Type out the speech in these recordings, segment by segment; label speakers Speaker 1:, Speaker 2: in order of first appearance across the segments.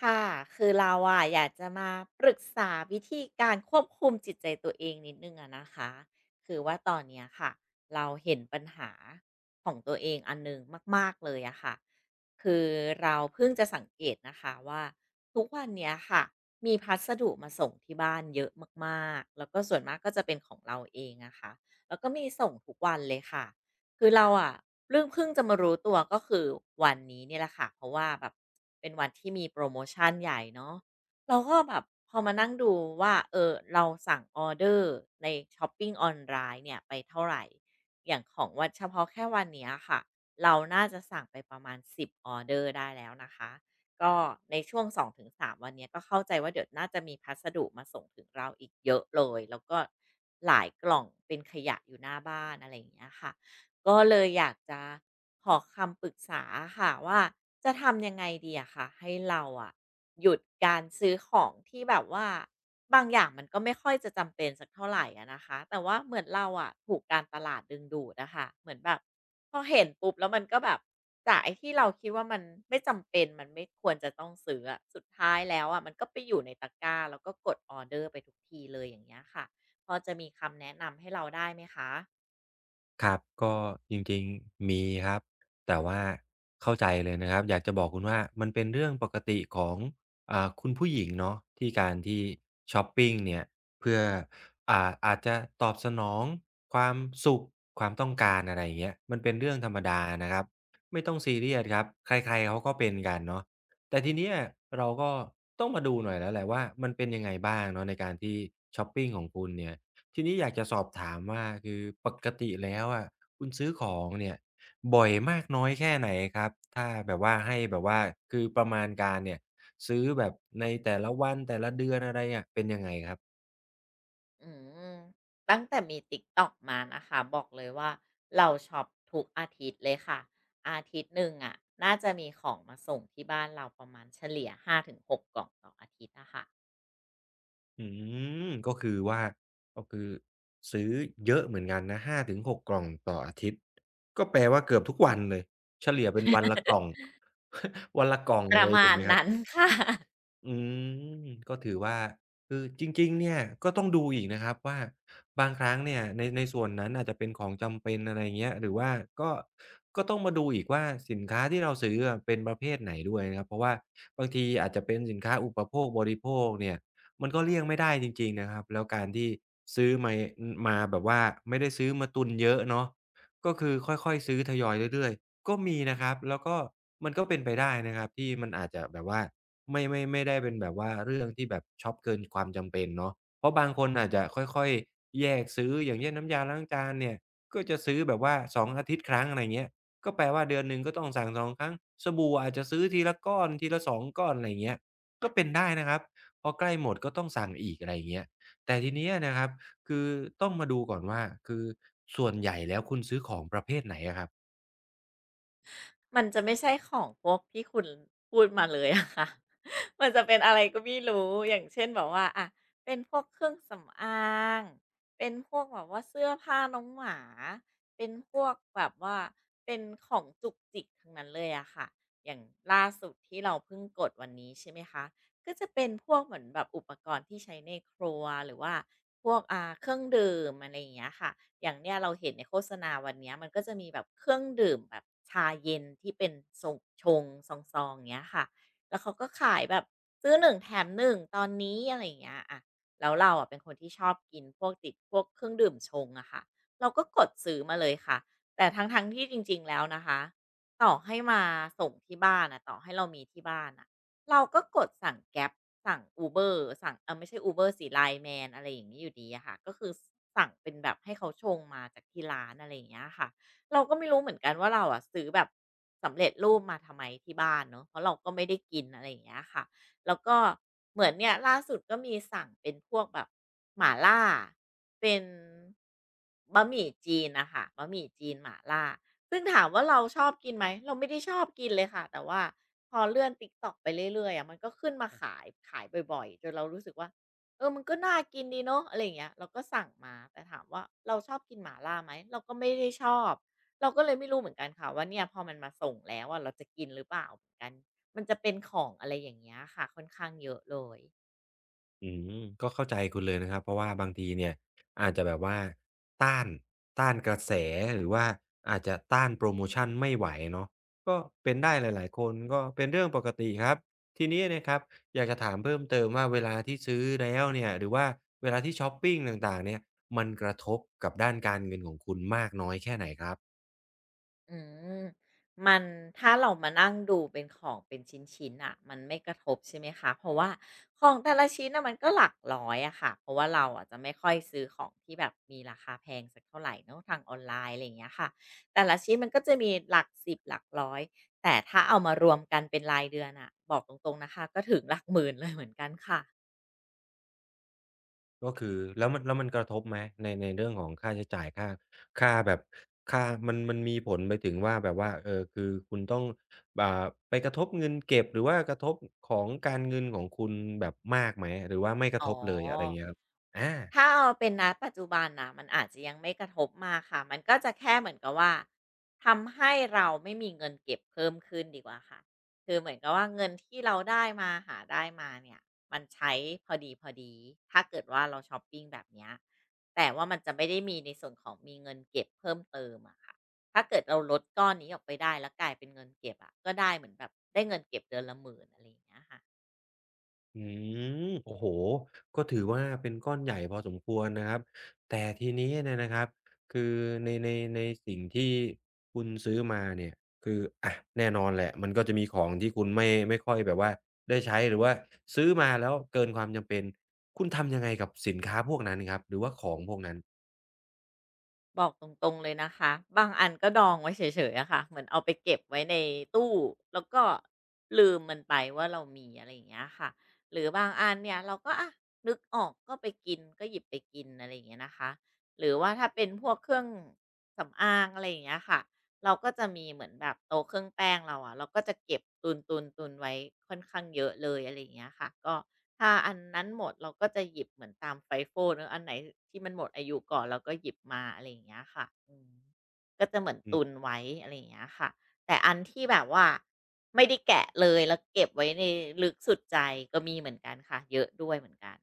Speaker 1: ค่ะคือเราอะอยากจะมาปรึกษาวิธีการควบคุมจิตใจตัวเองนิดนึงอะนะคะคือว่าตอนเนี้ยค่ะเราเห็นปัญหาของตัวเองอันหนึ่งมากๆเลยอะค่ะคือเราเพิ่งจะสังเกตนะคะว่าทุกวันเนี้ยค่ะมีพัสดุมาส่งที่บ้านเยอะมากๆแล้วก็ส่วนมากก็จะเป็นของเราเองอะค่ะแล้วก็มีส่งทุกวันเลยค่ะ คือเราอะเรื่องเพิ่งจะมารู้ตัวก็คือวันนี้เนี่ยแหละค่ะเพราะว่าแบบเป็นวันที่มีโปรโมชันใหญ่เนาะเราก็แบบพอมานั่งดูว่าเออเราสั่งออเดอร์ในช็อปปิ้งออนไลน์เนี่ยไปเท่าไหร่อย่างของวันเฉพาะแค่วันเนี้ยค่ะเราน่าจะสั่งไปประมาณสิบออเดอร์ได้แล้วนะคะก็ในช่วงสองถึงสามวันเนี้ยก็เข้าใจว่าเดี๋ยวน่าจะมีพัสดุมาส่งถึงเราอีกเยอะเลยแล้วก็หลายกล่องเป็นขยะอยู่หน้าบ้านอะไรอย่างเงี้ยค่ะ ก็เลยอยากจะขอคำปรึกษาค่ะว่าจะทำยังไงดีอะค่ะให้เราอะหยุดการซื้อของที่แบบว่าบางอย่างมันก็ไม่ค่อยจะจำเป็นสักเท่าไหรอะนะคะแต่ว่าเหมือนเราอะถูกการตลาดดึงดูดนะค่ะเหมือนแบบพอเห็นปุ๊บแล้วมันก็แบบจากไอ้ที่เราคิดว่ามันไม่จำเป็นมันไม่ควรจะต้องซื้ออะสุดท้ายแล้วอะมันก็ไปอยู่ในตะกร้าแล้วก็กดออเดอร์ไปทุกทีเลยอย่างเงี้ยค่ะพอจะมีคำแนะนำให้เราได้ไหมคะ
Speaker 2: ครับก็จริงๆมีครับแต่ว่าเข้าใจเลยนะครับอยากจะบอกคุณว่ามันเป็นเรื่องปกติของคุณผู้หญิงเนาะที่การที่ชอปปิงเนี่ยเพื่ออาจจะตอบสนองความสุขความต้องการอะไรอย่างเงี้ยมันเป็นเรื่องธรรมดานะครับไม่ต้องซีเรียสครับใครๆเขาก็เป็นกันเนาะแต่ทีเนี้ยเราก็ต้องมาดูหน่อยแล้วแหละว่ามันเป็นยังไงบ้างเนาะในการที่ชอปปิงของคุณเนี่ย ทีนี้อยากจะสอบถามว่าคือปกติแล้วอะคุณซื้อของเนี่ยบ่อยมากน้อยแค่ไหนครับถ้าแบบว่าให้แบบว่าคือประมาณการเนี่ยซื้อแบบในแต่ละวันแต่ละเดือนอะไรอะเป็นยังไงครับ
Speaker 1: อืมตั้งแต่มี TikTok มานะคะบอกเลยว่าเราช็อปทุกอาทิตย์เลยค่ะอาทิตย์หนึ่งอะะน่าจะมีของมาส่งที่บ้านเราประมาณเฉลี่ย5-6กกล่องต่ออาทิตย์นะคะ
Speaker 2: อืมก็คือว่าก็คือซื้อเยอะเหมือนกันนะ5-6กกล่องต่ออาทิตย์ก็แปลว่าเกือบทุกวันเลยเฉลี่ยเป็นวันละก ล่อง วันละกล่อง
Speaker 1: ป
Speaker 2: เล
Speaker 1: ระ
Speaker 2: ยถู
Speaker 1: มา
Speaker 2: ก
Speaker 1: ณ
Speaker 2: ไหมครั
Speaker 1: นั้น
Speaker 2: บ
Speaker 1: ค่ะ
Speaker 2: อืก็ถือว่าคือจริงๆเนี่ยก็ต้องดูอีกนะครับว่าบางครั้งเนี่ยในในส่วนนั้นอาจจะเป็นของจำเป็นอะไรเงี้ยหรือว่าก็ก็ต้องมาดูอีกว่าสินค้าที่เราซื้ออะเป็นประเภทไหนด้วยนะครับเพราะว่าบางทีอาจจะเป็นสินค้าอุปโภคบริโภคเนี่ยมันก็เลี่ยงไม่ได้จริงๆนะครับแล้วการที่ซื้อมามาแบบว่าไม่ได้ซื้อมาตุนเยอะเนาะ ก็คือค่อยๆซื้อทยอยเรื่อยๆก็มีนะครับแล้วก็มันก็เป็นไปได้นะครับที่มันอาจจะแบบว่าไม่ได้เป็นแบบว่าเรื่องที่แบบช็อปเกินความจำเป็นเนาะเพราะบางคนอาจจะค่อยๆแยกซื้ออย่างเช่นน้ำยาล้างจานเนี่ยก็จะซื้อแบบว่า2องอาทิตย์ครั้งอะไรเงี้ยก็แปลว่าเดือนหนึ่งก็ต้องสั่ง2ครั้งสบู่อาจจะซื้อทีละก้อนทีละ2ก้อนอะไรเงี้ยก็เป็นได้นะครับพอใกล้หมดก็ต้องสั่งอีกอะไรอย่างเงี้ยแต่ทีเนี้ยนะครับ คือต้องมาดูก่อนว่าคือส่วนใหญ่แล้วคุณซื้อของประเภทไหนอะครับ
Speaker 1: มันจะไม่ใช่ของพวกที่คุณพูดมาเลยอะค่ะ มันจะเป็นอะไรก็ไม่รู้อย่างเช่นแบบว่าอะเป็นพวกเครื่องสำอางเป็นพวกแบบว่าเสื้อผ้าน้องหมาเป็นพวกแบบว่าเป็นของจุกจิกทั้งนั้นเลยอะค่ะอย่างล่าสุดที่เราเพิ่งกดวันนี้ใช่ไหมคะ ก็จะเป็นพวกเหมือนแบบอุปกรณ์ที่ใช้ในครัวหรือว่าพวกเครื่องดื่มอะไรอย่างเงี้ยค่ะอย่างเนี้ยเราเห็นในโฆษณาวันเนี้ยมันก็จะมีแบบเครื่องดื่มแบบชาเย็นที่เป็นทรงชงซองๆองเงี้ยค่ะแล้วเขาก็ขายแบบซื้อหนึ่งแถมหนึ่งตอนนี้อะไรอย่างเงี้ยอะแล้วเราอะเป็นคนที่ชอบกินพวกติดพวกเครื่องดื่มชงอะค่ะเราก็กดซื้อมาเลยค่ะแต่ทั้งๆที่จริงๆแล้วนะคะต่อให้มาส่งที่บ้านอะต่อให้เรามีที่บ้านอะ เราก็กดสั่ง Grab สั่ง Uber สั่งเออไม่ใช่ Uber สิ Line Man อะไรอย่างนี้อยู่ดีอะค่ะก็คือสสั่งเป็นแบบให้เขาชงมาจากที่ร้านอะไรอย่างเงี้ยค่ะเราก็ไม่รู้เหมือนกันว่าเราอะซื้อแบบสำเร็จรูปมาทำไมที่บ้านเนาะเพราะเราก็ไม่ได้กินอะไรอย่างเงี้ยค่ะแล้วก็เหมือนเนี่ยล่าสุดก็มีสั่งเป็นพวกแบบหม่าล่าเป็นบะหมี่จีนน่ะค่ะบะหมี่จีนหม่าล่า ซึ่งถามว่าเราชอบกินไหมเราไม่ได้ชอบกินเลยค่ะแต่ว่าพอเลื่อน TikTok ไปเรื่อยๆอะมันก็ขึ้นมาขายบ่อยๆจนเรารู้สึกว่าเออมันก็น่ากินดีเนาะอะไรอย่างเงี้ยเราก็สั่งมาแต่ถามว่าเราชอบกินหม่าล่าไหมเราก็ไม่ได้ชอบเราก็เลยไม่รู้เหมือนกันค่ะว่าเนี่ยพอมันมาส่งแล้วอะเราจะกินหรือเปล่าเหมือนกันมันจะเป็นของอะไรอย่างเงี้ยค่ะค่อนข้างเยอะเลย
Speaker 2: อืก็เข้าใจคุณเลยนะครับเพราะว่าบางทีเนี่ยอาจจะแบบว่าต้านต้านกระแสหรือว่าอาจจะต้านโพรโมชันไม่ไหวเนาะก็เป็นได้หลายๆคนก็เป็นเรื่องปกติครับทีนี้นะครับอยากจะถามเพิ่มเติมว่าเวลาที่ซื้อแล้วเนี่ยหรือว่าเวลาที่ช็อปปิงต่างๆเนี่ยมันกระทบกับด้านการเงินของคุณมากน้อยแค่ไหนครับ
Speaker 1: อืมมันถ้าเรามานั่งดูเป็นของเป็นชิ้นๆน่ะมันไม่กระทบใช่ไหมคะเพราะว่าของแต่ละชิ้นน่ะมันก็หลักร้อยอะค่ะเพราะว่าเราอะจะไม่ค่อยซื้อของที่แบบมีราคาแพงสักเท่าไรเนาะทางออนไลน์อะไรอย่างเงี้ยค่ะแต่ละชิ้นมันก็จะมีหลัก10หลักร้อยแต่ถ้าเอามารวมกันเป็นรายเดือนน่ะบอกตรงๆนะคะก็ถึงหลักหมื่นเลยเหมือนกันค่ะ
Speaker 2: ก็คือแล้วมันกระทบไหมในเรื่องของค่าใช้จ่ายค่าค่าแบบค่ามันมีผลไปถึงว่าแบบว่าเออคือคุณต้องอ่าไปกระทบเงินเก็บหรือว่ากระทบของการเงินของคุณแบบมากไหมหรือว่าไม่ก
Speaker 1: อ๋
Speaker 2: ระทบเลยอะไร
Speaker 1: อ
Speaker 2: เงี้ยครับอา
Speaker 1: ถ้าเอาเป็นณปัจจุบันนะมันอาจจะยังไม่กระทบมากค่ะมันก็จะแค่เหมือนกับว่าทำให้เราไม่มีเงินเก็บเพิ่มขึ้นดีกว่าค่ะคือเหมือนกับว่าเงินที่เราได้มาหาได้มาเนี่ยมันใช้พอดีถ้าเกิดว่าเราชอปปิงแบบเนี้ยแต่ว่ามันจะไม่ได้มีในส่วนของมีเงินเก็บเพิ่มเติมอะค่ะถ้าเกิดเราลดก้อนนี้ออกไปได้แล้วกลายเป็นเงินเก็บอะก็ได้เหมือนแบบได้เงินเก็บเดือนละหมื่นอะไรอย่างเงี้ยค่ะ
Speaker 2: อืโอ้โฮก็ถือว่าเป็นก้อนใหญ่พอสมควรนะครับแต่ทีนี้เนี่ยนะครับคือในในในสิ่งที่คุณซื้อมาเนี่ยคืออะแน่นอนแหละมันก็จะมีของที่คุณไม่ค่อยแบบว่าได้ใช้หรือว่าซื้อมาแล้วเกินความจำเป็นคุณทำยังไงกับสินค้าพวกนั้นครับหรือว่าของพวกนั้น
Speaker 1: บอกตรงๆเลยนะคะบางอันก็ดองไว้เฉยๆอะค่ะเหมือนเอาไปเก็บไว้ในตู้แล้วก็ลืมมันไปว่าเรามีอะไรอย่างเงี้ยค่ะหรือบางอันเนี่ยเราก็อะนึกออกก็ไปกินก็หยิบไปกินอะไรอย่างเงี้ยนะคะหรือว่าถ้าเป็นพวกเครื่องสำอางอะไรอย่างเงี้ยค่ะ เราก็จะมีเหมือนแบบโต๊ะเครื่องแป้งเราอะเราก็จะเก็บตุนๆนตุนไว้ค่อนข้างเยอะเลยอะไรอย่างเงี้ยค่ะก็ถ้าอันนั้นหมดเราก็จะหยิบเหมือนตามไฟโฟเนอะอันไหนที่มันหมดอายุก่อนเราก็หยิบมาอะไรอย่างเงี้ยค่ะอืมก็จะเหมือนตุนไว้อะไรอย่างเงี้ยค่ะแต่อันที่แบบว่าไม่ได้แกะเลยแล้วเก็บไว้ในลึกสุดใจก็มีเหมือนกันค่ะเยอะด้วยเหมือนกัน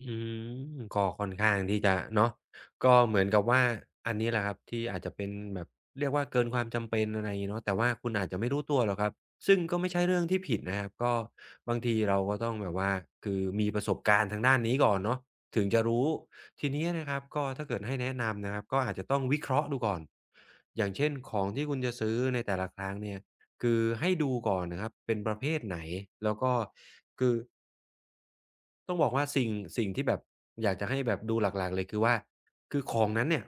Speaker 2: อืมก็ค่อนข้างที่จะเนาะก็เหมือนกับว่าอันนี้แหละครับที่อาจจะเป็นแบบเรียกว่าเกินความจำเป็นอะไรอย่างงี้เนาะแต่ว่าคุณอาจจะไม่รู้ตัวหรอกครับซึ่งก็ไม่ใช่เรื่องที่ผิดนะครับก็บางทีเราก็ต้องแบบว่าคือมีประสบการณ์ทางด้านนี้ก่อนเนาะถึงจะรู้ทีนี้นะครับก็ถ้าเกิดให้แนะนำนะครับก็อาจจะต้องวิเคราะห์ดูก่อนอย่างเช่นของที่คุณจะซื้อในแต่ละครั้งเนี่ยคือให้ดูก่อนนะครับเป็นประเภทไหนแล้วก็คือ ต้องบอกว่าสิ่งที่แบบอยากจะให้แบบดูหลักๆเลยคือว่าคือของนั้นเนี่ย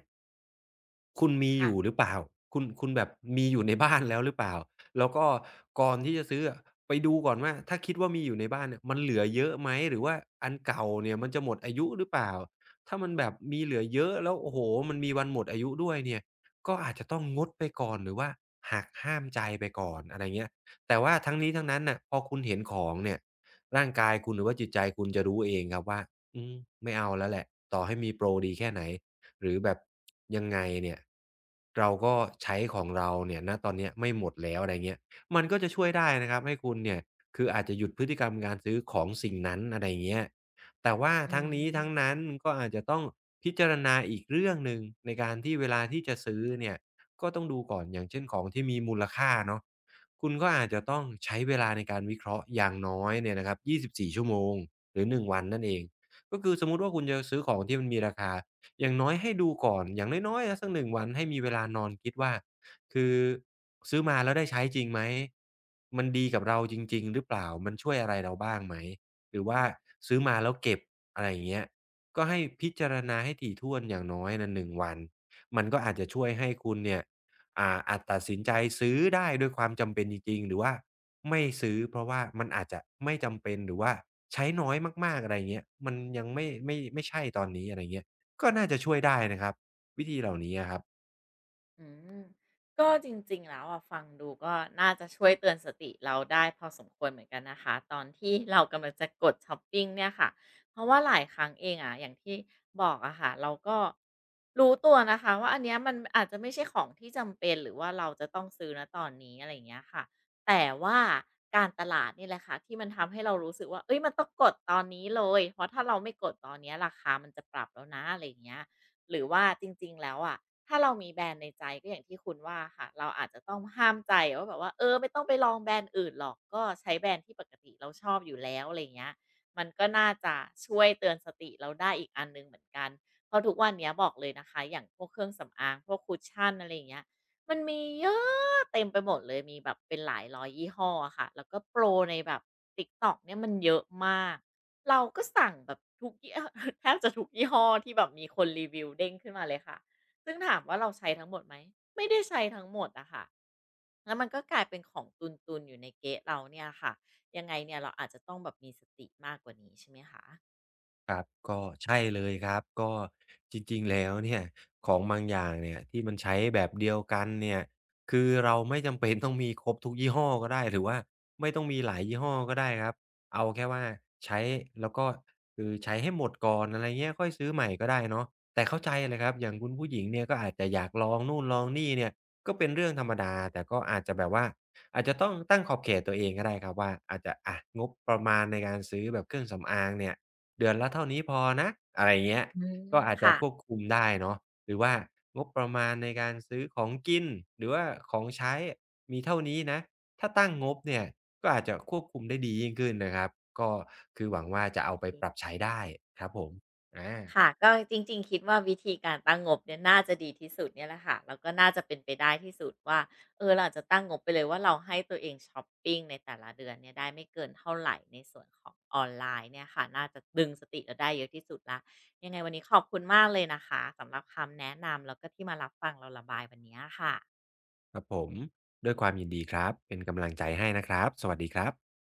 Speaker 2: คุณมีอยู่ห
Speaker 1: ค่ะ
Speaker 2: รือเปล่าคุณแบบมีอยู่ในบ้านแล้วหรือเปล่าแล้วก็ก่อนที่จะซื้ออะไปดูก่อนว่าถ้าคิดว่ามีอยู่ในบ้านเนี่ยมันเหลือเยอะไหมหรือว่าอันเก่าเนี่ยมันจะหมดอายุหรือเปล่าถ้ามันแบบมีเหลือเยอะแล้วโอ้โฮมันมีวันหมดอายุด้วยเนี่ยก็อาจจะต้องงดไปก่อนหรือว่าหักห้ามใจไปก่อนอะไรเงี้ยแต่ว่าทั้งนี้ทั้งนั้นน่ะพอคุณเห็นของเนี่ย ร่างกายคุณหรือว่าจิตใจคุณจะรู้เองครับว่าอืมไม่เอาแล้วแหละต่อให้มีโปรดีแค่ไหนหรือแบบยังไงเนี่ยเราก็ใช้ของเราเนี่ยณตอนเนี้ยไม่หมดแล้วอะไรเงี้ยมันก็จะช่วยได้นะครับให้คุณเนี่ยคืออาจจะหยุดพฤติกรรมการซื้อของสิ่งนั้นอะไรเงี้ยแต่ว่า
Speaker 1: อื
Speaker 2: ทั้งนี้ทั้ง
Speaker 1: ม
Speaker 2: นั้นก็อาจจะต้องพิจารณาอีกเรื่องหนึ่งในการที่เวลาที่จะซื้อเนี่ยก็ต้องดูก่อนอย่างเช่นของที่มีมูลค่าเนาะ คุณก็อาจจะต้องใช้เวลาในการวิเคราะห์อย่างน้อยเนี่ยนะครับ24ชั่วโมงหรือ1วันนั่นเองก็คือสมมุติว่าคุณจะซื้อของที่มันมีราคาอย่างน้อยให้ดูก่อน อย่างน้อยๆอะสัก1วันให้มีเวลานอนคิดว่าคือซื้อมาแล้วได้ใช้จริงไหมมันดีกับเราจริงๆหรือเปล่า มันช่วยอะไรเราบ้างไหม หรือว่าซื้อมาแล้วเก็บอะไรอย่างเงี้ยก็ให้พิจารณาให้ถี่ถ้วนอย่างน้อยน่ะ1วันมันก็อาจจะช่วยให้คุณเนี่ย อาจตัดสินใจซื้อได้ด้วยความจำเป็นจริงๆหรือว่าไม่ซื้อเพราะว่ามันอาจจะไม่จำเป็นหรือว่าใช้น้อยมากๆอะไรเงี้ยมันยังไม่ใช่ตอนนี้อะไรเงี้ยก็น่าจะช่วยได้นะครับวิธีเหล่านี้อะครับ
Speaker 1: อืมก็จริงๆแล้วอะฟังดูก็น่าจะช่วยเตือนสติเราได้พอสมควรเหมือนกันนะคะตอนที่เรากำลังจะกดช้อปปิงเนี่ยค่ะเพราะว่าหลายครั้งเองอะอย่างที่บอกอะค่ะเราก็รู้ตัวนะคะว่าอันเนี้ยมันอาจจะไม่ใช่ของที่จำเป็นหรือว่าเราจะต้องซื้อณตอนนี้อะไรอย่างเงี้ยค่ะแต่ว่าการตลาดนี่แหละค่ะที่มันทำให้เรารู้สึกว่าเอ้ยมันต้องกดตอนนี้เลยเพราะถ้าเราไม่กดตอนเนี้ยราคามันจะปรับแล้วนะอะไรอย่างเงี้ย หรือว่าจริงๆแล้วอะถ้าเรามีแบรนด์ในใจก็อย่างที่คุณว่าค่ะเราอาจจะต้องห้ามใจว่าแบบว่าเออไม่ต้องไปลองแบรนด์อื่นหรอกก็ใช้แบรนด์ที่ปกติเราชอบอยู่แล้วอะไรเงี้ยมันก็น่าจะช่วยเตือนสติเราได้อีกอันหนึ่งเหมือนกันเพราะทุกวันเนี้ยบอกเลยนะคะอย่างพวกเครื่องสำอางพวกคุ s ช i o n อะไรอย่างเงี้ยมันมีเยอะเต็มไปหมดเลยมีแบบเป็นหลายร้อยยี่ห้ออะค่ะแล้วก็โปรในแบบ TikTok เนี่ยมันเยอะมาก เราก็สั่งแบบทุกยี่ แทบจะทุกยี่ห้อที่แบบมีคนรีวิวเด้งขึ้นมาเลยค่ะ ซึ่งถามว่าเราใช้ทั้งหมดไหม ไม่ได้ใช้ทั้งหมดอะค่ะแล้วมันก็กลายเป็นของตุนๆอยู่ในเก๊ะเราเนี่ยค่ะ ยังไงเนี่ยเราอาจจะต้องแบบมีสติมากกว่านี้ใช่ไหมคะ
Speaker 2: ครับก็ใช่เลยครับก็จริงๆแล้วเนี่ยของบางอย่างเนี่ยที่มันใช้แบบเดียวกันเนี่ยคือเราไม่จำเป็นต้องมีครบทุกยี่ห้อก็ได้หรือว่าไม่ต้องมีหลายยี่ห้อก็ได้ครับเอาแค่ว่าใช้แล้วก็คือใช้ให้หมดก่อนอะไรเงี้ยค่อยซื้อใหม่ก็ได้เนาะแต่เข้าใจเลยครับอย่างคุณผู้หญิงเนี่ยก็อาจจะอยากลองนู่นลองนี่เนี่ยก็เป็นเรื่องธรรมดาแต่ก็อาจจะแบบว่าอาจจะต้องตั้งขอบเขตตัวเองก็ได้ครับว่าอาจจะอะงบประมาณในการซื้อแบบเครื่องสำอางเนี่ย เดือนละเท่านี้พอนะอะไรเงี้ย
Speaker 1: อืม
Speaker 2: ก็อาจจะ
Speaker 1: ค่ะ
Speaker 2: ควบคุมได้เนาะหรือว่างบประมาณในการซื้อของกิน หรือว่าของใช้มีเท่านี้นะถ้าตั้งงบเนี่ยก็อาจจะควบคุมได้ดียิ่งขึ้นนะครับ ก็คือหวังว่าจะเอาไป
Speaker 1: อ
Speaker 2: ปรับ
Speaker 1: า
Speaker 2: ใช้ได้ครับผมอา
Speaker 1: ค่ะก็จริงๆคิดว่าวิธีการตั้งงบเนี่ยน่าจะดีที่สุดเนี่ยแหละค่ะแล้วก็น่าจะเป็นไปได้ที่สุดว่าเออเราอาจจะตั้งงบไปเลยว่าเราให้ตัวเองช็อปปิงในแต่ละเดือนเนี่ยได้ไม่เกินเท่าไรในส่วนของออนไลน์เนี่ยค่ะน่าจะดึงสติเราได้เยอะที่สุดแล้วยังไงวันนี้ขอบคุณมากเลยนะคะสำหรับคำแนะนำแล้วก็ที่มารับฟังเราระบายวันเนี้ยค่ะ
Speaker 2: ครับผม ด้วยความยินดีครับเป็นกำลังใจให้นะครับสวัสดีครับ